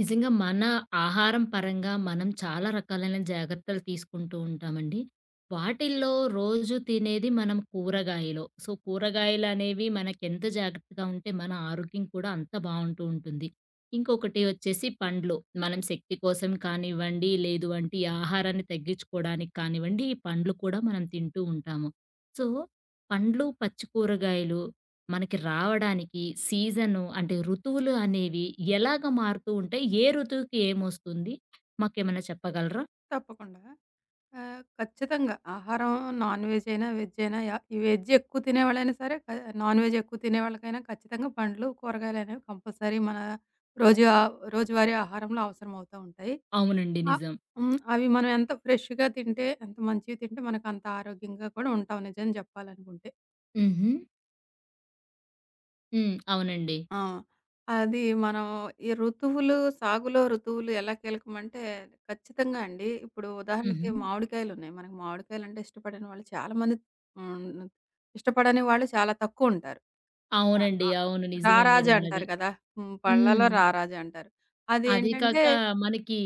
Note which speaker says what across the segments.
Speaker 1: నిజంగా మన ఆహారం పరంగా మనం చాలా రకాలైన జాగ్రత్తలు తీసుకుంటూ ఉంటామండి. వాటిల్లో రోజు తినేది మనం కూరగాయలు. సో, కూరగాయలనేవి మనకెంత జాగ్రత్తగా ఉంటే మన ఆరోగ్యం కూడా అంత బావుంటూ ఉంటుంది. ఇంకొకటి వచ్చేసి పండ్లు. మనం శక్తి కోసం కానివ్వండి, లేదు అంటే ఈ ఆహారాన్ని తగ్గించుకోవడానికి కానివ్వండి, ఈ పండ్లు కూడా మనం తింటూ ఉంటాము. సో, పండ్లు, పచ్చి కూరగాయలు మనకి రావడానికి సీజను అంటే ఋతువులు అనేవి ఎలాగ మారుతూ ఉంటాయి? ఏ ఋతువుకి ఏమొస్తుంది? మాకేమైనా చెప్పగలరా?
Speaker 2: తప్పకుండా. ఖచ్చితంగా. ఆహారం నాన్ వెజ్ అయినా, వెజ్ అయినా ఈ వెజ్ ఎక్కువ తినేవాళ్ళైనా సరే, నాన్ వెజ్ ఎక్కువ తినేవాళ్ళకైనా ఖచ్చితంగా పండ్లు, కూరగాయలు అనేవి కంపల్సరీ మన రోజు రోజువారీ ఆహారంలో అవసరం అవుతా ఉంటాయి.
Speaker 1: అవునండి.
Speaker 2: ఆహ్,
Speaker 1: నిజం.
Speaker 2: హ్మ్. అవి మనం ఎంత ఫ్రెష్‌గా తింటే, ఎంత మంచివి తింటే మనకంత ఆరోగ్యంగా కూడా ఉంటాం నిజం జెప్పాలనుకుంటే.
Speaker 1: హుహు. హ్మ్. అవునండి.
Speaker 2: ఆ! అది మనం ఈ ఋతువులు సాగులో ఋతువులు ఎలా కీలకమంటే ఖచ్చితంగా అండి. ఇప్పుడు
Speaker 1: హుహు.
Speaker 2: ఉదాహరణకి మామిడికాయలున్నాయి. మనకు మామిడికాయలంటే ఇష్టపడని వాళ్ళు చాలామంది. హ్మ్. ఇష్టపడని వాళ్ళు చాలా తక్కువుంటారు. ఆ!
Speaker 1: అవునండి.
Speaker 2: ఆ!
Speaker 1: అవును. నిజమే
Speaker 2: రారాజు
Speaker 1: మీరన్నది.
Speaker 2: అంటారు కదా!
Speaker 1: హ్మ్.
Speaker 2: పళ్ళలో రారాజు అంటారు.
Speaker 1: అది
Speaker 2: అదేంటంటే
Speaker 1: కాక మనకి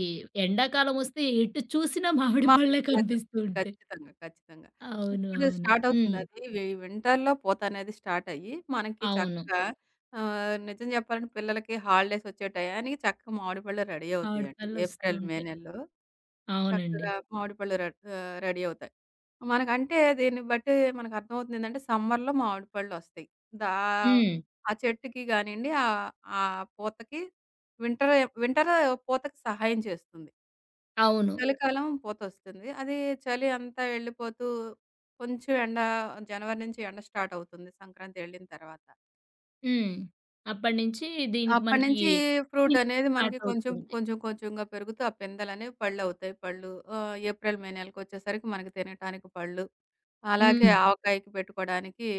Speaker 1: ఎండాకాలమొస్తే ఎటు చూసినా మామిడి పళ్ళే
Speaker 2: మామూలుగా
Speaker 1: కనిపిస్తూ
Speaker 2: దొరుకుతాయి.
Speaker 1: ఉంటాయి.
Speaker 2: ఖచ్చితంగా. ఖచ్చితంగా.
Speaker 1: అవును.
Speaker 2: ఇప్పుడు
Speaker 1: అవును.
Speaker 2: స్టార్ట్
Speaker 1: హ్మ్.
Speaker 2: అవుతుందది. వింటర్‌లో పూతనేది స్టార్ట్ అయ్యి, మనకి
Speaker 1: అవును.
Speaker 2: చక్కగా నిజం చెప్పాలంటే పిల్లలకి హాలిడేస్ వచ్చే టయానికి చక్కగా మామిడి పళ్ళు రెడీ
Speaker 1: మామిడి
Speaker 2: అవుతాయండి.
Speaker 1: పళ్ళొస్తూ
Speaker 2: ఏప్రిల్, మే
Speaker 1: ఉంటాయి.
Speaker 2: నెలలో
Speaker 1: అవునండి.
Speaker 2: చక్కగా మామిడి పళ్ళు రెడీ అవుతాయి. మనకంటే దీన్ని బట్టి మనకు అర్థమవుతుందేంటంటే, సమ్మర్‌లో మామిడి పళ్ళొస్తాయి. దా
Speaker 1: హ్మ్.
Speaker 2: ఆ చెట్టుకి గానియండి, ఆహ్, ఆ పూతకి వింటర్ వింటర్ పూతకి సహాయం చేస్తుంది.
Speaker 1: అవును.
Speaker 2: చలికాలం పోతొస్తుంది. అది చలి అంతా వెళ్ళిపోతూ కొంచెం ఎండ జనవరి నుంచి ఎండ స్టార్ట్ అవుతుంది సంక్రాంతి వెళ్ళిన తర్వాత.
Speaker 1: హ్మ్. అప్పటినుంచి దీనికి మనకి
Speaker 2: అప్పటినుంచి ఫ్రూట్
Speaker 1: హింట్
Speaker 2: అనేది
Speaker 1: స్టార్ట్
Speaker 2: మనకి కొంచెం,
Speaker 1: అవుతుంది.
Speaker 2: కొంచెం, కొంచెంగా పెరుగుతూ ఆ పిందెలనేవి పళ్ళవుతాయి. పళ్ళు ఏప్రిల్, మే నెలకొచ్చేసరికి మనకి తినటానికి పళ్ళు, అలాగే
Speaker 1: హ్మ్.
Speaker 2: ఆవకాయకి పెట్టుకోవడానికి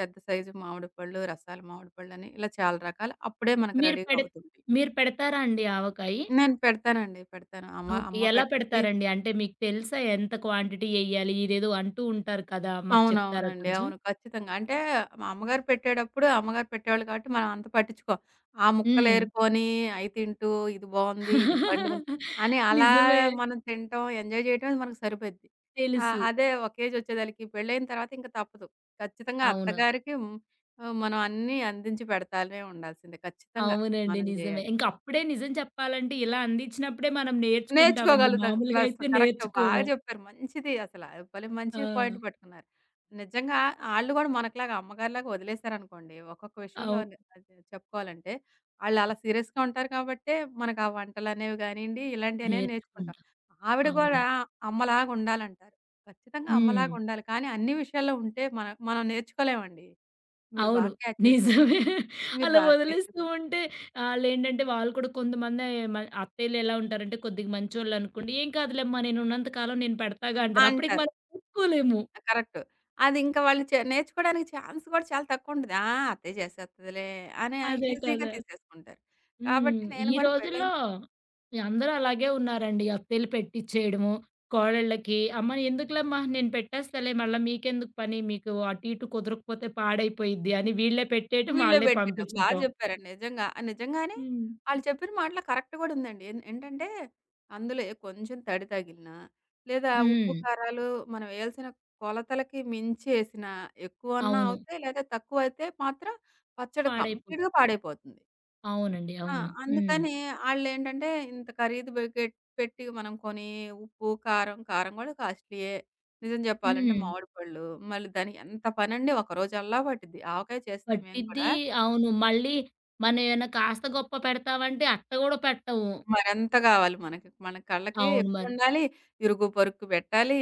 Speaker 2: పెద్ద సైజు మామిడి పళ్ళు, రసాల మామిడి పళ్ళని ఇలా చాలా రకాలు అప్పుడే మనకు
Speaker 1: మీరు
Speaker 2: రెడీగా
Speaker 1: పెడ
Speaker 2: అవుతుంది.
Speaker 1: మీరు పెడతారా అండి ఆవకాయి?
Speaker 2: నేను పెడతానండి. పెడతాను. అమ్మ,
Speaker 1: ఓకే.
Speaker 2: అమ్మ
Speaker 1: ఎలా
Speaker 2: పెట్టిద్ది.
Speaker 1: పెడతారండి? అంటే మీకు తెలుసా ఎంత క్వాంటిటీ ఎయ్యాలి? ఇదేదో అంటూ ఉంటారు కదా! మాకు చెప్తారా
Speaker 2: అవునవునండి.
Speaker 1: కొంచెం?
Speaker 2: అవును. ఖచ్చితంగా. అంటే మా అమ్మగారు పెట్టేటప్పుడు అమ్మగారు పెట్టేవాళ్ళు కాబట్టి మనం అంత పట్టించుకోం. ఆ
Speaker 1: హ్మ్.
Speaker 2: ముక్కలేరుకొని అయి తింటూ ఇది బావుంది, ఇది పండుగ అని అలా
Speaker 1: నిజమే.
Speaker 2: మనం తినటం, ఎంజాయ్ చేయటం అది మనకు సరిపోద్ది.
Speaker 1: తెలుసు.
Speaker 2: అదే ఒక ఏజొచ్చేదాళ్ళకి పెళ్ళైన తర్వాత ఇంక తప్పదు. ఖచ్చితంగా
Speaker 1: అవును.
Speaker 2: అత్తగారికి మనం అన్నీ అందించి పెడతానే ఉండాల్సిందే. ఖచ్చితంగా
Speaker 1: అవునండి.
Speaker 2: మనం
Speaker 1: నిజమే.
Speaker 2: జేయాలి.
Speaker 1: ఇంక అప్పుడే నిజం చెప్పాలంటే ఇలా అందించినప్పుడే మనం నేర్చుకుంటామండి.
Speaker 2: నేర్చుకోగలుగుతాం.
Speaker 1: మామూలుగా
Speaker 2: ప్లస్
Speaker 1: అయితే
Speaker 2: కరెక్ట్. బాగా
Speaker 1: నేర్చుకోము.
Speaker 2: చెప్పారు. మంచిది అసల. భలే
Speaker 1: ఆ!
Speaker 2: మంచి పాయింట్ పట్టుకున్నారు. నిజంగా ఆళ్ళు గూడా మనకులాగా అమ్మగారిలాగా వదిలేసారనుకోండి. ఒక్కొక్క విషయంలో
Speaker 1: అవును.
Speaker 2: అది చెప్పుకోవాలంటే, ఆళ్ళు అలా సీరియస్‌గా ఉంటారు కాబట్టే, మనకు ఆ వంటలనేవి గానియండి, ఇలాంటియనేవి నేర్చుకుంటాం.
Speaker 1: నేర్చుకుంటాం.
Speaker 2: ఆవిడ
Speaker 1: అవును.
Speaker 2: గూడా అమ్మలాగా ఉండాలంటారు. ఖచ్చితంగా
Speaker 1: హ్మ్.
Speaker 2: అమ్మలాగా ఉండాలి. కానీ అన్ని విషయాల్లో ఉంటే మనం మనం నేర్చుకోలేమండి. మీరు
Speaker 1: అవును.
Speaker 2: బాగా క్యాచ్ చేశారు.
Speaker 1: నిజమే.
Speaker 2: మీరు
Speaker 1: అలా
Speaker 2: బాగా క్యాచ్
Speaker 1: వదిలేస్తూ
Speaker 2: చేశారు.
Speaker 1: ఉంటే ఆళ్ళేంటంటే వాళ్ళు కూడా కొంతమంది మ అత్తయ్యలు ఎలా ఉంటారంటే కొద్దిగా మంచోళ్ళనుకోండి, "ఏం కాదులేమ్మా నేనున్నంత కాలం నేను పెడతాగా" అంటారు. అప్పటికి
Speaker 2: అంటారు.
Speaker 1: మనం ఒప్పుకోలేము.
Speaker 2: ఆ! కరెక్ట్. అది ఇంకా వాళ్ళు నేర్చుకోవడానికి ఛాన్స్ కూడా చాలా తక్కువుంటది. ఆ! అత్తయ్య చేసేత్తదిలే అని
Speaker 1: అదే
Speaker 2: ఈజీగా
Speaker 1: కదా!
Speaker 2: తీసేసుకుంటారు.
Speaker 1: హ్మ్.
Speaker 2: కాబట్టి నేను
Speaker 1: ఈ
Speaker 2: గూడా
Speaker 1: రోజుల్లో
Speaker 2: పెళ్ళైన
Speaker 1: అందరూ అలాగే ఉన్నారండి. అత్తయ్యలు పెట్టిచ్చేయడము, కోడళ్ళకి "అమ్మ ఎందుకులేమ్మా నేను పెట్టేస్తాలే మళ్ళా మీకెందుకు పని? మీకు అటు ఇటు కుదరకపోతే పాడైపోయిద్ది" అని వీళ్ళే పెట్టేయటం,
Speaker 2: వీళ్ళే
Speaker 1: వాళ్ళే
Speaker 2: పెట్టేయడం. బా
Speaker 1: పంపించటం.
Speaker 2: జెప్పారండి నిజంగా. ఆ నిజంగానే
Speaker 1: హ్మ్.
Speaker 2: ఆళ్ళు చెప్పిన మాటలో కరెక్ట్ గూడా ఉందండి. ఏంటంటే అందులో ఏ కొంచెం తడి తగిలినా, లేదా ఉప్పు,
Speaker 1: హ్మ్.
Speaker 2: కారాలు మనం ఏయాల్సిన కొలతలకి మించి ఏసినా, ఎక్కువన్నా
Speaker 1: అవును.
Speaker 2: అవుతాయి లేదా తక్కువైతే మాత్రం పచ్చడి
Speaker 1: పాడైపోతుంది.
Speaker 2: కంప్లీట్‌గా పాడైపోతుంది.
Speaker 1: అవునండి.
Speaker 2: ఆ!
Speaker 1: అవును. హ్మ్.
Speaker 2: అందుకని ఆళ్ళేంటంటే ఇంత ఖరీదు బెకెట్ పెట్టి మనం కొని ఉప్పు, కారం గూడా కాస్ట్‌లీయే. నిజం జెప్పాలంటే
Speaker 1: హ్మ్.
Speaker 2: మామిడి పళ్ళు, మళ్ళీ దానికి ఎంత పనండి ఒకరోజల్లా పట్టిద్ది. ఆవకాయ చేస్తే మేము కూడా
Speaker 1: పట్టిద్ది. అవును. మళ్ళీ మనం ఏమైనా కాస్త గొప్ప పెడతావంటే అట్ట గూడా పెట్టవు.
Speaker 2: మరెంత గావాలి మనకి. మన కళ్ళకి
Speaker 1: అవును మరి.
Speaker 2: ఎక్కువుండాలి, ఇరుగు పొరుక్కు బెట్టాలి,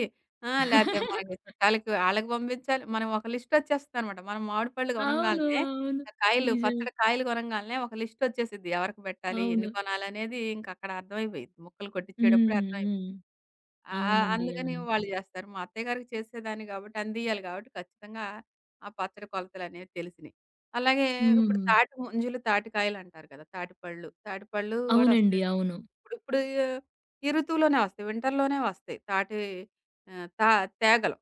Speaker 2: ఆ! లేతే మనకి చుట్టాలకి ఆళ్ళకి పంపించాలి. మనం ఒక లిస్టొచ్చేస్తదనమాట. మనం మామిడి పళ్ళు
Speaker 1: అవును.
Speaker 2: గొనంగాల్నే
Speaker 1: అవును.
Speaker 2: ఆ కాయలు
Speaker 1: నిజమే.
Speaker 2: పచ్చడి కాయలు గొనంగాల్నే ఒక లిస్టొచ్చేసిద్ది. ఎవరికి బెట్టాలి,
Speaker 1: అవును.
Speaker 2: ఎన్ని కొనాలనేది ఇంకక్కడ అర్థమైపోయిద్ది. ముక్కలు కొట్టిచ్చేటప్పుడే
Speaker 1: హ్మ్.
Speaker 2: అర్థమైపోయిద్ది.
Speaker 1: హ్మ్.
Speaker 2: ఆ!
Speaker 1: అవునండి.
Speaker 2: అందుకని
Speaker 1: అవును.
Speaker 2: వాళ్ళు జేస్తారు. మా అత్తయ్య గారికి చేసేదాన్ని గాబట్టి, అందియ్యాలి గాబట్టి ఖచ్చితంగా ఆ పచ్చడి కొలతలనేవి తెలిసినియి. అలాగే ఇప్పుడు
Speaker 1: హ్మ్.
Speaker 2: తాటి ముంజలు, తాటికాయలంటారు కదా! తాటిపళ్ళు గూడా
Speaker 1: అవునండి.
Speaker 2: ఒస్తాయి.
Speaker 1: అవును.
Speaker 2: ఇప్పుడిప్పుడు ఈ ఋతువులోనే వస్తాయి. వింటర్‌లోనే వస్తాయి. తాటి ఆహ్, తా తేగలు.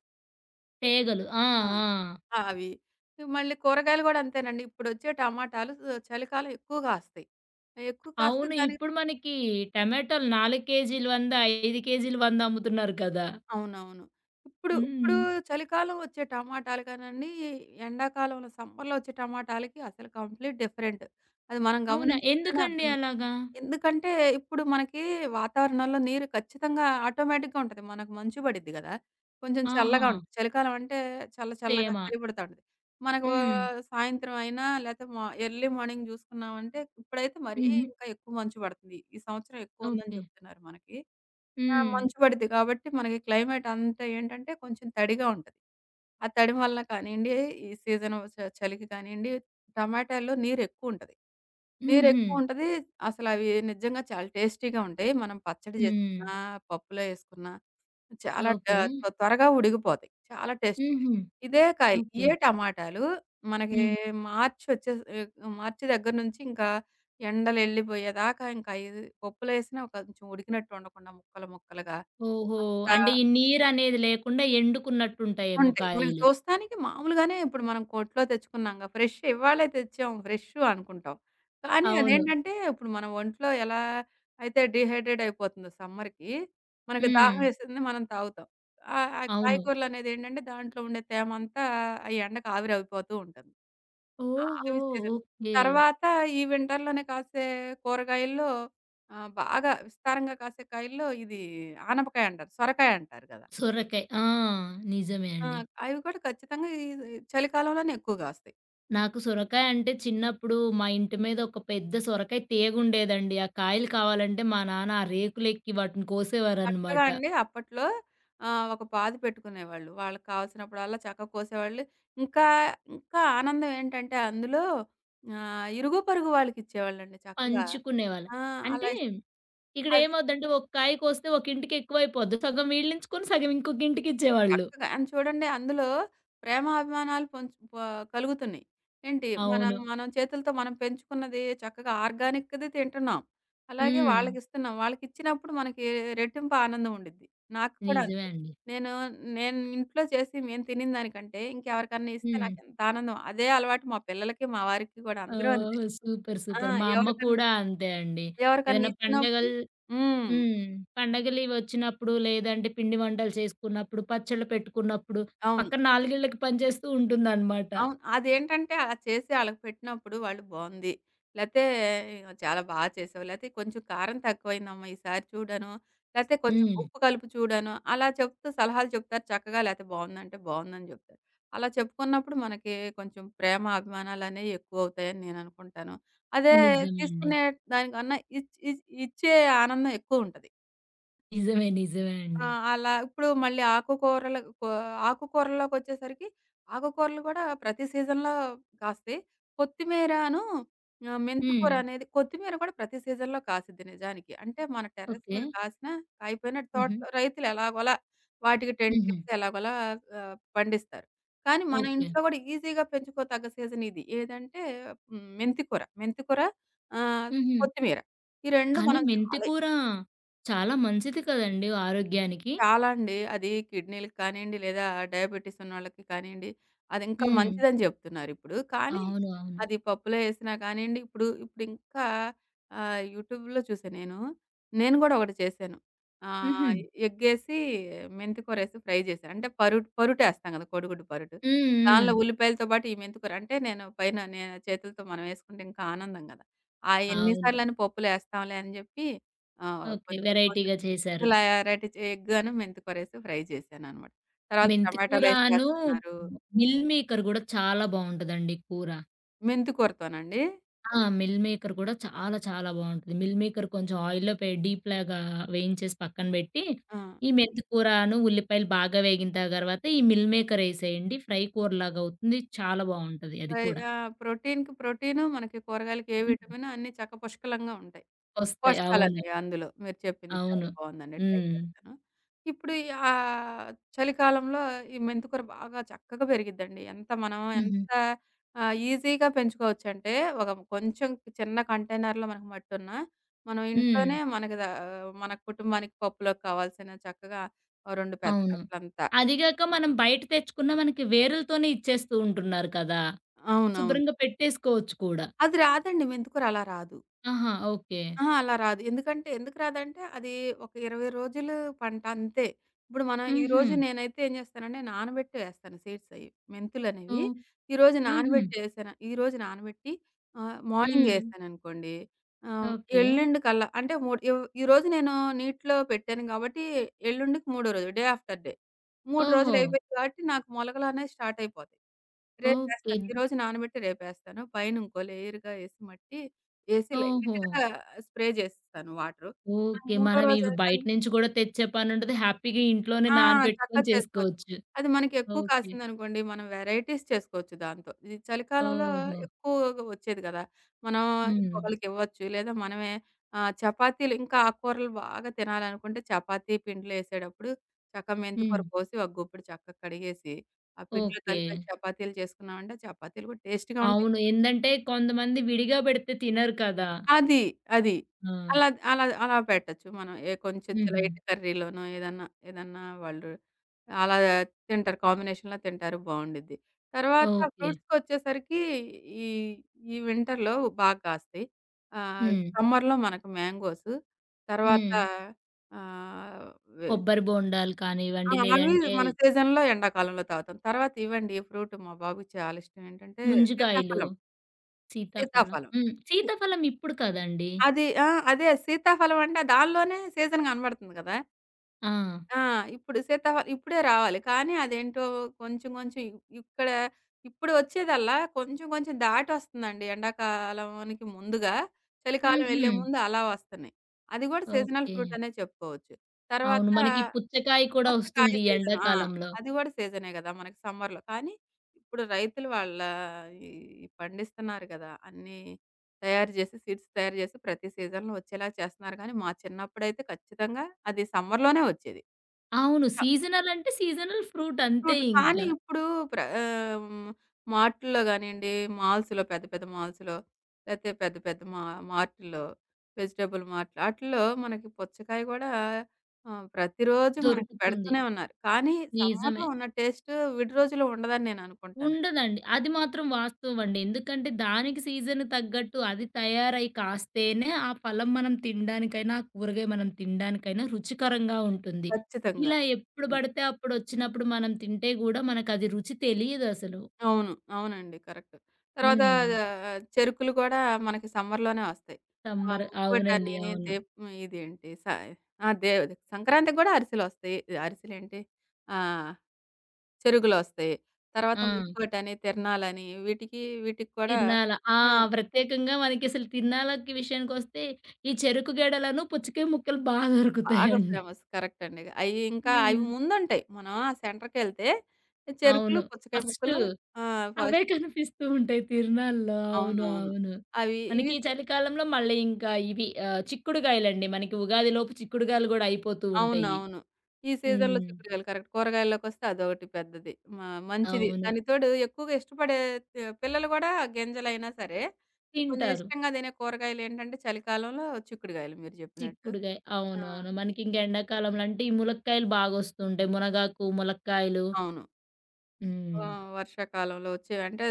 Speaker 1: తీగలు. ఆ!
Speaker 2: ఆ!
Speaker 1: ఆ!
Speaker 2: ఆ! అవి. మళ్ళీ కూరగాయలు గూడా అంతేనండి. ఇప్పుడొచ్చే టమాటాలు చలికాలం ఎక్కువ గాస్తాయి. ఎక్కువ కాస్తే
Speaker 1: అవును.
Speaker 2: దానికి
Speaker 1: ఇప్పుడు మనకి టమాటాలు 4 కేజీలు 100, 5 కేజీలు 100 అమ్ముతున్నారు కదా!
Speaker 2: అవునవును. ఇప్పుడు ఇప్పుడు
Speaker 1: హ్మ్.
Speaker 2: చలికాలం వచ్చే టమాటాలు కానండి, ఎండాకాలంలో సమ్మర్‌లో వచ్చే టమాటాలకి అసలు కంప్లీట్ డిఫరెంట్. అది మనం
Speaker 1: అవునా?
Speaker 2: గమనించుకుంటేనే
Speaker 1: ఎందుకండి
Speaker 2: అర్థమవుతుంది.
Speaker 1: అలాగా?
Speaker 2: ఎందుకంటే ఇప్పుడు మనకి వాతావరణంలో నీరు ఖచ్చితంగా ఆటోమేటిక్‌గా ఉంటది. మనకు మంచు పడిద్ది గదా! కొంచెం
Speaker 1: ఆహా!
Speaker 2: చల్లగా ఉంటుంది. చలికాలం అంటే చల్లగా
Speaker 1: సేమా.
Speaker 2: చలి పుడతా ఉంటది. మనకు
Speaker 1: హ్మ్.
Speaker 2: సాయంత్రం అయినా లేతే మా ఎర్లీ మార్నింగ్ చూసుకున్నామంటే ఇప్పుడైతే మరీ
Speaker 1: హుహు.
Speaker 2: ఇంకా ఎక్కువ మంచు పడుతుంది. ఈ సంవత్సరం ఎక్కువ ఉందని
Speaker 1: ఓకే.
Speaker 2: చెప్తున్నారు మనకి. ఆ!
Speaker 1: హ్మ్.
Speaker 2: మంచు పడిద్ది కాబట్టి మనకి క్లైమేట్ అంతా ఏంటంటే కొంచెం తడిగా ఉంటది. ఆ తడి వల్ల కానియండి, ఈ సీజను చలికి కానియండి, టమాటాల్లో నీరెక్కువుంటది.
Speaker 1: హుహు.
Speaker 2: నీరెక్కువుంటది. అసలవి నిజంగా చాలా టేస్టీగా ఉంటాయి. మనం పచ్చడి
Speaker 1: హ్మ్.
Speaker 2: జేసుకున్నా, పప్పులో యేసుకున్నా చాలా
Speaker 1: ఓకే.
Speaker 2: ఆహ్, త్వ త్వరగా ఉడికిపోతాయి. చాలా టేస్ట్ ఉంటాయి.
Speaker 1: హుహు.
Speaker 2: ఇదే కాయలు,
Speaker 1: ఓకే.
Speaker 2: ఇయే టమాటాలు మనకి
Speaker 1: హ్మ్.
Speaker 2: మార్చి వచ్చే ఆహ్, మార్చి దగ్గర నుంచి ఇంకా ఎండలెళ్ళిపోయేదాకా ఇంకా అయి పప్పులేసినా కొంచెం ఉడికినట్టు ఉండకుండా ముక్కలు ముక్కలుగా
Speaker 1: ఓహో!
Speaker 2: ఆ!
Speaker 1: అంటే ఈ నీరనేది లేకుండా ఎండుకున్నట్టుంటాయేమో
Speaker 2: ఉంటాయి. మనకి
Speaker 1: కాయలు.
Speaker 2: చూస్తానికి మామూలుగానే ఇప్పుడు మనం కొట్లో తెచ్చుకున్నాంగా ఫ్రెష్ ఇవాళే తెచ్చాం ఫ్రెషు అనుకుంటాం. కానీ
Speaker 1: అవును.
Speaker 2: అదేంటంటే ఇప్పుడు మన ఒంట్లో ఎలా అయితే డీహైడ్రేట్ అయిపోతుందో సమ్మర్‌కి, మనకి
Speaker 1: హ్మ్.
Speaker 2: దాహం వేసింది మనం తాగుతాం. ఆ
Speaker 1: అవును.
Speaker 2: కాయగూరలనేది ఏంటంటే దాంట్లో ఉండే తేమంతా ఆ ఎండకు ఆవిరి అయిపోతూ ఉంటుంది. ఆ!
Speaker 1: ఓహో!
Speaker 2: అవి సీజన్.
Speaker 1: ఓకే.
Speaker 2: తర్వాత ఈ వింటర్‌లోనే కాసే కూరగాయల్లో బాగా విస్తారంగా కాసే కాయల్లో ఇది ఆనపకాయ అంటారు. సొరకాయ అంటారు కదా!
Speaker 1: సొరకాయ. ఆ! నిజమే
Speaker 2: ఆ!
Speaker 1: అండి.
Speaker 2: అవి కూడా ఖచ్చితంగా ఈ ఈ చలికాలంలోనే ఎక్కువ కాస్తాయి.
Speaker 1: నాకు సొరకాయ అంటే చిన్నప్పుడు మా ఇంటి మీద ఒక పెద్ద సొరకాయ తీగ ఉండేదండి. ఆ కాయలు కావాలంటే మా నాన్న ఆ రేకులెక్కి వాటిని
Speaker 2: చక్కగా
Speaker 1: కోసేవారనమాట.
Speaker 2: అండి అప్పట్లో ఒక పాదు పెట్టుకునేవాళ్ళు. వాళ్ళకి కావాల్సినప్పుడల్లా చక్కగా కోసేవాళ్ళు. ఇంకా, ఇంకా ఆనందం ఏంటంటే అందులో ఇరుగు పొరుగు వాళ్ళకిచ్చేవాళ్ళండి చక్కగా.
Speaker 1: పంచుకునేవాళ్ళం.
Speaker 2: ఆ!
Speaker 1: అంటే
Speaker 2: అలా ఇస్
Speaker 1: ఇక్కడ
Speaker 2: అది
Speaker 1: ఏమవుద్దంటే ఒక కాయ కోస్తే ఒక ఇంటికి ఎక్కువైపోద్ది. సగం వీళ్ళించుకొని సగం ఇంకొక ఇంటికిచ్చేవాళ్ళు.
Speaker 2: చక్కగా అండ్ చూడండి అందులో ప్రేమాభిమానాలు పొంచ్ ప కలుగుతున్నాయి. ఏంటి మనం
Speaker 1: అవును.
Speaker 2: మనం చేతులతో మనం పెంచుకున్నది చక్కగా ఆర్గానిక్‌ది తింటున్నాం. అలాగే
Speaker 1: హ్మ్.
Speaker 2: వాళ్ళకిస్తున్నాం. వాళ్ళకిచ్చినప్పుడు మనకి రెట్టింపు ఆనందం ఉండిద్ది. నాకు కూడా
Speaker 1: నిజమే
Speaker 2: అంతే.
Speaker 1: అండి.
Speaker 2: నేను నేను ఇంట్లో చేసి మేము తినిన దానికంటే ఇంకెవరికన్నా ఇస్తే
Speaker 1: హ్మ్.
Speaker 2: నాకెంత ఆనందం. అదే అలవాటు మా పిల్లలకి, మా వారికి కూడా అందరూ అంతే.
Speaker 1: ఓహ్! సూపర్.
Speaker 2: ఆ!
Speaker 1: సూపర్. మా అమ్మ
Speaker 2: ఎవరికన్నా
Speaker 1: కూడా అంతే అండి.
Speaker 2: ఎవరికన్నా
Speaker 1: ఏదైనా పండగలు
Speaker 2: ఇచ్చినప్పుడు హ్మ్.
Speaker 1: హ్మ్. పండగలివి వచ్చినప్పుడు లేదంటే పిండి వంటలు చేసుకున్నప్పుడు, పచ్చళ్ళు పెట్టుకున్నప్పుడు
Speaker 2: అవును.
Speaker 1: పక్కన నాలుగిళ్ళకి పనిచేస్తూ ఉంటుందనమాట.
Speaker 2: అవును. అదేంటంటే అలా చేసి ఆళ్ళకి పెట్టినప్పుడు వాళ్ళు బావుంది. లేతే చాలా బా చేసావు. లేతే కొంచెం కారం తక్కువైందమ్మా ఈసారి చూడను. లేతే కొంచెం
Speaker 1: హ్మ్.
Speaker 2: ఉప్పు కలుపు చూడను. అలా చెప్తూ సలహాలు చెప్తారు చక్కగా. లేతే బావుందంటే బావుందని జెప్తారు. అలా చెప్పుకున్నప్పుడు మనకి కొంచెం ప్రేమ, అభిమానాలనేవి ఎక్కువవుతాయని నేననుకుంటాను. అదే హ్మ్.
Speaker 1: నిజమే అండి.
Speaker 2: తీసుకునే దానికన్నా ఇచ్ ఇచ్ ఇచ్చే ఆనందం ఎక్కువుంటది.
Speaker 1: నిజమే. నిజమే
Speaker 2: ఆ!
Speaker 1: అండి.
Speaker 2: అలా ఇప్పుడు మళ్ళీ ఆకుకూరలు కో ఆకుకూరల్లోకొచ్చేసరికి ఆకుకూరలు కూడా ప్రతి సీజన్‌లో కాస్తాయి. కొత్తిమీరను మెంతికూర
Speaker 1: హ్మ్.
Speaker 2: అనేది కొత్తిమీర కూడా ప్రతి సీజన్‌లో కాసిద్ది నిజానికి. అంటే మన టెర్రస్
Speaker 1: ఓకే.
Speaker 2: మీద కాసినా, కాయిపోయినా
Speaker 1: హుహు.
Speaker 2: తోటలో రైతులు ఎలాగోలా వాటికి
Speaker 1: హుహు.
Speaker 2: టెంట్లేసి ఎలాగోలా పండిస్తారు. కానీ మన
Speaker 1: ఓకే.
Speaker 2: ఇంట్లో కూడా ఈజీగా పెంచుకోతగ్గ సీజన్ ఇది. ఏదంటే హ్మ్. మెంతికూర ఆహ్,
Speaker 1: హుహు.
Speaker 2: కొత్తిమీర. ఈ 2
Speaker 1: కానీ
Speaker 2: మనం
Speaker 1: మెంతి
Speaker 2: చాలా
Speaker 1: కూర చాలా మంచిది కదండీ ఆరోగ్యానికి.
Speaker 2: చాలా అండి. అది కిడ్నీ‌లకి కానియండి, లేదా డయాబెటిస్ ఉన్నోళ్ళకి కానియండి, అది ఇంకా
Speaker 1: హ్మ్.
Speaker 2: మంచిదని జెప్తున్నారిప్పుడు. కానీ,
Speaker 1: అవును. అవును.
Speaker 2: అది పప్పులో ఏసినా కానియండి, ఇప్పుడింకా యూట్యూబ్‌లో చూసా నేను. నేను గూడా ఒకటి చేశాను.
Speaker 1: హుహు.
Speaker 2: ఆహ్, ఎగ్గేసి మెంతి కూరేసి ఫ్రై జేశా. అంటే పరుటేస్తాం గదా! కోడిగుడ్డు పరుటు.
Speaker 1: హ్మ్. హ్మ్.
Speaker 2: దానిలో ఉల్లిపాయలతో పాటు ఈ మెంతి కూర అంటే నేను పైన నే చేతులతో మనం ఏసుకుంటే ఇంకా ఆనందం గదా! ఆ ఎన్ని
Speaker 1: అవును.
Speaker 2: సార్లని పప్పులో ఏస్తాంలే అని జెప్పి
Speaker 1: ఓకే.
Speaker 2: కొంచెం కోసా.
Speaker 1: వెరైటీగా చేశారు.
Speaker 2: ఇలా రెడ్ చే ఎగ్గాను, మెంతికూరేసి ఫ్రై చేశాననమాట. తర్వాత
Speaker 1: మెంతి
Speaker 2: టమాటాలేసి
Speaker 1: కూరాను
Speaker 2: చేస్తున్నారు.
Speaker 1: మిల్ మేకర్ గూడా చాలా బావుంటదండి కూర.
Speaker 2: మెంతికూరతోనండి.
Speaker 1: ఆ! మిల్ మేకర్ కూడా చాలా చాలా బావుంటది. మిల్ మేకర్ కొంచెం ఆయిల్‌లో పె డీప్ లాగా వేయించేసి పక్కన బెట్టి,
Speaker 2: ఆ!
Speaker 1: ఈ మెంతి కూరను, ఉల్లిపాయలు బాగా వేగిన తర్వాత ఈ మిల్ మేకర్ ఎసేయండి. ఫ్రై కూరలాగా అవుతుంది. చాలా బావుంటది అది
Speaker 2: ఫ్రై
Speaker 1: కూడా.
Speaker 2: ప్రోటీన్‌కి ప్రోటీను, మనకి కూరగాయలకి ఏ
Speaker 1: హ్మ్.
Speaker 2: విటమిను అన్నీ చక్క పుష్కలంగా ఉంటాయి.
Speaker 1: వస్తాయి. అవును.
Speaker 2: పోషకాలన్నయ్య అందులో. మీరు చెప్పింది చాలా
Speaker 1: అవును.
Speaker 2: బావుందండి. ట్రై
Speaker 1: హ్మ్.
Speaker 2: చేస్తాను. ఇప్పుడు ఆహ్, చలికాలంలో ఈ మెంతికూర బాగా చక్కగా పెరిగిద్దండి. ఎంత మనం
Speaker 1: హుహు.
Speaker 2: ఎంత ఆహ్, ఈజీగా పెంచుకోవచ్చంటే ఒక కొంచెం చిన్న కంటైనర్‌లో మనకు మట్టున్న, మనం
Speaker 1: హ్మ్.
Speaker 2: ఇంట్లోనే మనకి దా మన కుటుంబానికి పప్పులోకి కావాల్సిన చక్కగా ఓ 2 పెద్ద
Speaker 1: అవును.
Speaker 2: కట్టలంతా
Speaker 1: అదిగాక మనం బయట తెచ్చుకున్న మనకి వేరులతోనే ఇచ్చేస్తూ ఉంటున్నారు కదా!
Speaker 2: అవునవును.
Speaker 1: శుభ్రంగా పెట్టేసుకోవచ్చు కూడా.
Speaker 2: అది రాదండి మెంతికూర అలా రాదు.
Speaker 1: ఆహా! ఓకే.
Speaker 2: అహా! అలా రాదు. ఎందుకు రాదంటే అది ఒక 20 రోజులు పంట అంతే. ఇప్పుడు మనం
Speaker 1: హుహు.
Speaker 2: ఈరోజు నేనైతే ఏం చేస్తానంటే నానబెట్టి వేస్తాను సీడ్స్ అయి. మెంతులనేవి
Speaker 1: ఓహ్!
Speaker 2: ఈరోజు
Speaker 1: హుహు.
Speaker 2: నానబెట్టేసాను. ఈరోజు నానబెట్టి మార్నింగ్
Speaker 1: హ్మ్.
Speaker 2: ఏసాననుకోండి ఆహ్,
Speaker 1: ఓకే.
Speaker 2: ఎల్లుండి కల్లా అంటే మూడు ఇవ్ ఈరోజు నేను నీటిలో పెట్టాను కాబట్టి ఎల్లుండికి మూడో రోజు డే ఆఫ్టర్ డే. 3
Speaker 1: ఓహో!
Speaker 2: రోజులు అయిపోయాయి కాబట్టి నాకు మొలకలనేవి స్టార్ట్ అయిపోతాయి.
Speaker 1: ఓకే.
Speaker 2: రేపేస్తాను. ఈరోజు నానబెట్టి రేపేస్తాను. పైన ఇంకో లేయర్‌గా ఏసి మట్టి ఏసి
Speaker 1: ఓహో!
Speaker 2: లైట్‌గా స్ప్రే జేసేస్తాను వాటరు. ఆ
Speaker 1: ఓకే.
Speaker 2: మూడో
Speaker 1: మనం
Speaker 2: రోజు
Speaker 1: ఇవి బయట
Speaker 2: కానీ
Speaker 1: నుంచి కూడా తెచ్చే పనుండదు. హ్యాపీగా ఇంట్లోనే
Speaker 2: ఆ! చక్క
Speaker 1: నానబెట్టుకొని
Speaker 2: చేసుకోవచ్చు.
Speaker 1: చేసుకోవచ్చు.
Speaker 2: అది మనకి ఎక్కువ
Speaker 1: ఓకే.
Speaker 2: కాసిందనుకోండి, మనం వెరైటీస్ చేసుకోవచ్చు దాంతో. ఈ చలికాలంలో
Speaker 1: ఓహో!
Speaker 2: ఎక్కువగా వచ్చేది గదా! మనం
Speaker 1: హ్మ్.
Speaker 2: ఇంకొకళ్ళకి ఇవ్వచ్చు. లేదా మనమే చపాతీలు ఇంకా ఆకుకూరలు బాగా తినాలనుకుంటే చపాతీ పిండిలో ఏసేటప్పుడు చక్క మెంతికూర
Speaker 1: హ్మ్.
Speaker 2: కోసి ఒక గుప్పెడు చక్కగా కడిగేసి, ఆ పిండిలో
Speaker 1: ఓకే.
Speaker 2: కలిపేసి చపాతీలు చేసుకున్నామంటే చపాతీలు కూడా టేస్ట్‌గా ఉంటాయి.
Speaker 1: అవును. ఏందంటే కొంతమంది విడిగా పెడితే తినరు కదా!
Speaker 2: అది. అది.
Speaker 1: ఆ!
Speaker 2: అలా అలా అలా పెట్టొచ్చు మనం. ఏ కొంచెం
Speaker 1: హుహు.
Speaker 2: లైట్ కర్రీలోనో ఏదన్నా వాళ్ళు అలా తింటారు. కాంబినేషన్‌లో తింటారు బావుండిద్ది. తర్వాత
Speaker 1: ఓకే.
Speaker 2: ఫ్రూట్స్‌కొచ్చేసరికి ఈ ఈ వింటర్‌లో బాగా కాస్తాయి. ఆహ్,
Speaker 1: హ్మ్.
Speaker 2: సమ్మర్‌లో మనకు మ్యాంగోస్. తర్వాత
Speaker 1: హ్మ్.
Speaker 2: ఆహ్, వె
Speaker 1: కొబ్బరి బోండాలు
Speaker 2: ఆ!
Speaker 1: కానివ్వండి,
Speaker 2: అవి
Speaker 1: లేదంటే
Speaker 2: మన సీజన్‌లో ఎండాకాలంలో తాగుతాం. తర్వాత ఇవండి ఫ్రూట్ మా బాబుకి చాలా ఇష్టం ఏంటంటే
Speaker 1: ముంజికాయలు,
Speaker 2: సీతాఫలం.
Speaker 1: సీతాఫలం.
Speaker 2: సీతాఫలం.
Speaker 1: హ్మ్. సీతాఫలం ఇప్పుడు కదండీ!
Speaker 2: అది ఆ! అదే సీతాఫలం అంటే దానిలోనే సీజన్ కనబడుతుంది కదా!
Speaker 1: ఆ!
Speaker 2: ఆ! ఇప్పుడు సీతాఫలం ఇప్పుడే రావాలి. కానీ అదేంటో కొంచెం కొంచెం ఇ ఇక్కడ ఇప్పుడు వచ్చేదల్లా కొంచెం కొంచెం దాటొస్తుందండి. ఎండాకాలానికి ముందుగా, చలికాలం
Speaker 1: హుహు.
Speaker 2: వెళ్ళే ముందు అలా వస్తున్నాయి. అది కూడా సీజనల్
Speaker 1: ఓకే.
Speaker 2: ఫ్రూట్ అనే చెప్పుకోవచ్చు.
Speaker 1: అవును.
Speaker 2: తర్వాత
Speaker 1: మనకి పుచ్చకాయ కూడా
Speaker 2: కొత్త కాయ
Speaker 1: వస్తుంది ఈ
Speaker 2: సీజన్ ఆ!
Speaker 1: ఎండాకాలంలో.
Speaker 2: అది కూడా సీజనే కదా! మనకి సమ్మర్‌లో. కానీ ఇప్పుడు రైతులు వాళ్ళ ఈ పండిస్తున్నారు కదా! అన్నీ తయారు చేసి సీడ్స్ తయారు చేసి ప్రతి సీజన్‌లో వచ్చేలా చేస్తున్నారు గానీ, మా చిన్నప్పుడైతే ఖచ్చితంగా అది సమ్మర్‌లోనే వచ్చేది.
Speaker 1: అవును.
Speaker 2: క
Speaker 1: సీజనల్ అంటే సీజనల్ ఫ్రూట్ అంతే
Speaker 2: ఫ్రూట్ కానీ
Speaker 1: ఇంకా.
Speaker 2: ఇప్పుడు ప్ర ఆహ్, మార్ట్‌ల్లో గానియండి, మాల్స్‌లో పెద్ద పెద్ద మాల్స్‌లో లేతే పెద్ద పెద్ద మా మార్ట్‌ల్లో వెజిటబుల్ మార్ట్‌లో ఆటిల్లో మనకి పుచ్చకాయ కూడా ప్రతిరోజు మనకు
Speaker 1: దొరుకుతుంది.
Speaker 2: పెడుతూనే ఉన్నారు. కానీ
Speaker 1: నిజమే.
Speaker 2: సమ్మర్‌లో ఉన్న టేస్ట్ విడి రోజుల్లో ఉండదని నేను అనుకుంటాను.
Speaker 1: ఉండదండి. అది మాత్రం వాస్తవమండి. ఎందుకంటే దానికి సీజన్ తగ్గట్టు అది తయారై కాస్తేనే ఆ ఫలం మనం తినడానికైనా, ఆ కూరగాయ మనం తినడానికైనా రుచికరంగా ఉంటుంది.
Speaker 2: ఖచ్చితంగా.
Speaker 1: ఇలా ఎప్పుడు పడితే అప్పుడు వచ్చినప్పుడు మనం తింటే గూడా మనకది రుచి తెలీదసలు.
Speaker 2: అవును. అవునండి. కరెక్ట్. తర్వాత
Speaker 1: హ్మ్.
Speaker 2: చెరుకులు కూడా మనకి సమ్మర్‌లోనే వస్తాయి. ఆ!
Speaker 1: సమ్మర్ అవునండి.
Speaker 2: ముక్కోటని,
Speaker 1: అవును.
Speaker 2: దీప్ ఇదేంటి స ఆ! దేవ్ సంక్రాంతికి కూడా అరిసెలొస్తాయి. అరిసెలేంటి ఆహ్, చెరుకులొస్తాయి.
Speaker 1: ఆ!
Speaker 2: తర్వాత ముక్కోటని, తిరణాలని వీటికి, వీటికి కూడా
Speaker 1: తిర్నాల. ఆ!
Speaker 2: ఆ!
Speaker 1: ప్రత్యేకంగా మనకసలు తిర్నాలకి విషయానికొస్తే ఈ చెరుకు గడలను, పుచ్చకాయ ముక్కలు బా
Speaker 2: బాగా
Speaker 1: దొరుకుతాయండి.
Speaker 2: ఫేమస్. కరెక్ట్ అండి. అయి ఇంకా అవి
Speaker 1: హ్మ్.
Speaker 2: ముందుంటాయి. మనం ఆ సెంటర్‌కెళ్తే
Speaker 1: అవును.
Speaker 2: చెరుకులు, పుచ్చకాయ
Speaker 1: ఫస్టు
Speaker 2: ముక్కలు ఆ!
Speaker 1: అవే
Speaker 2: ఫస్ట్
Speaker 1: కనిపిస్తూ ఉంటాయి తిరునాళ్ళలో. అవును.
Speaker 2: అవునవును.
Speaker 1: అవును.
Speaker 2: అవి
Speaker 1: మనకి
Speaker 2: ఇవి
Speaker 1: ఈ చలికాలంలో మళ్ళీ ఇంకా ఇవి చిక్కుడుగాయలండి. మనకి ఉగాదిలోపు చిక్కుడుగాయలు గూడా అయిపోతూ ఉంటాయి.
Speaker 2: అవునవును. ఈ హ్మ్. సీజన్‌లో
Speaker 1: హ్మ్.
Speaker 2: చిక్కుడుగాయలు కరెక్ట్. కూరగాయల్లోకొస్తే అదొకటి పెద్దది. మ మంచిది.
Speaker 1: అవును.
Speaker 2: దానికి తోడు ఎక్కువగా ఇష్టపడే పిల్లలు గూడా గింజలైనా సరే, కొంచెం
Speaker 1: తింటారు.
Speaker 2: ఇష్టంగా తినే కూరగాయలేంటంటే చలికాలంలో చిక్కుడుగాయలు మీరు జెప్పినట్టు.
Speaker 1: చిక్కుడుగాయ.
Speaker 2: ఆ!
Speaker 1: అవును. అవును. మనకి ఇంక ఎండాకాలంలో అంటే ఈ ములక్కాయలు బాగొస్తూ ఉంటాయి. మునగాకు, ములక్కాయలు.
Speaker 2: అవును. ఆ!
Speaker 1: హ్మ్.
Speaker 2: వర్షాకాలంలో వచ్చేవి. అంటే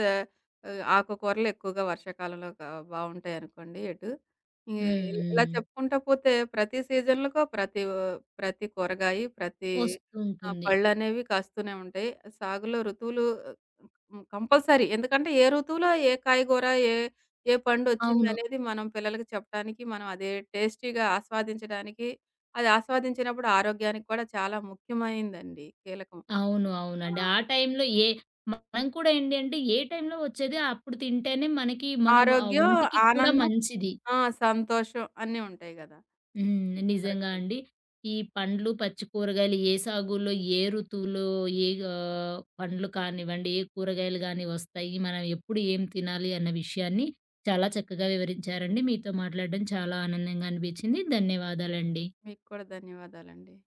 Speaker 2: ఆకుకూరలు ఎక్కువగా వర్షాకాలంలో బావుంటాయనుకోండి ఎటు. ఇ
Speaker 1: హ్మ్.
Speaker 2: ఇలా
Speaker 1: హ్మ్.
Speaker 2: చెప్పుకుంటా పోతే ప్రతి సీజన్‌లకో ప్రతి కూరగాయి, ప్రతి
Speaker 1: వస్తూ ఉంటుంది.
Speaker 2: పళ్ళనేవి కాస్తూనే ఉంటాయి. సాగులో ఋతువులు హ్మ్, కంపల్సరీ. ఎందుకంటే ఏ ఋతువులో ఏ కాయగూర, ఏ ఏ
Speaker 1: అవును.
Speaker 2: పండొచ్చిందనేది మనం పిల్లలకి చెప్పడానికి, మనం అదే టేస్టీగా ఆస్వాదించడానికి, అది ఆస్వాదించినప్పుడు ఆరోగ్యానికి కూడా చాలా ముఖ్యమైందండి. కీలకం.
Speaker 1: అవును.
Speaker 2: ఆ!
Speaker 1: అవునండి. ఆ టైంలో మనం కూడా ఏంటి అంటే ఏ టైంలో వచ్చేది అప్పుడు తింటేనే మనకి మన
Speaker 2: ఆరోగ్యం,
Speaker 1: ఒంటికి కూడా
Speaker 2: ఆనందం
Speaker 1: మంచిది.
Speaker 2: ఆ! సంతోషం అన్నీ ఉంటాయి గదా!
Speaker 1: హ్మ్. నిజంగా
Speaker 2: కరెక్ట్ అండి.
Speaker 1: అండి. ఈ పండ్లు, పచ్చి కూరగాయలు ఏ సాగులో, ఏ ఋతువులో ఏ పండ్లు కానివ్వండి, ఏ కూరగాయలు గాని వస్తాయి, మనం ఎప్పుడు ఏం తినాలి అన్న విషయాన్ని చాలా చక్కగా వివరించారండి. మీతో మాట్లాడడం చాలా ఆనందంగా అనిపించింది. ధన్యవాదాలండి.
Speaker 2: మీకు కూడా ధన్యవాదాలండి.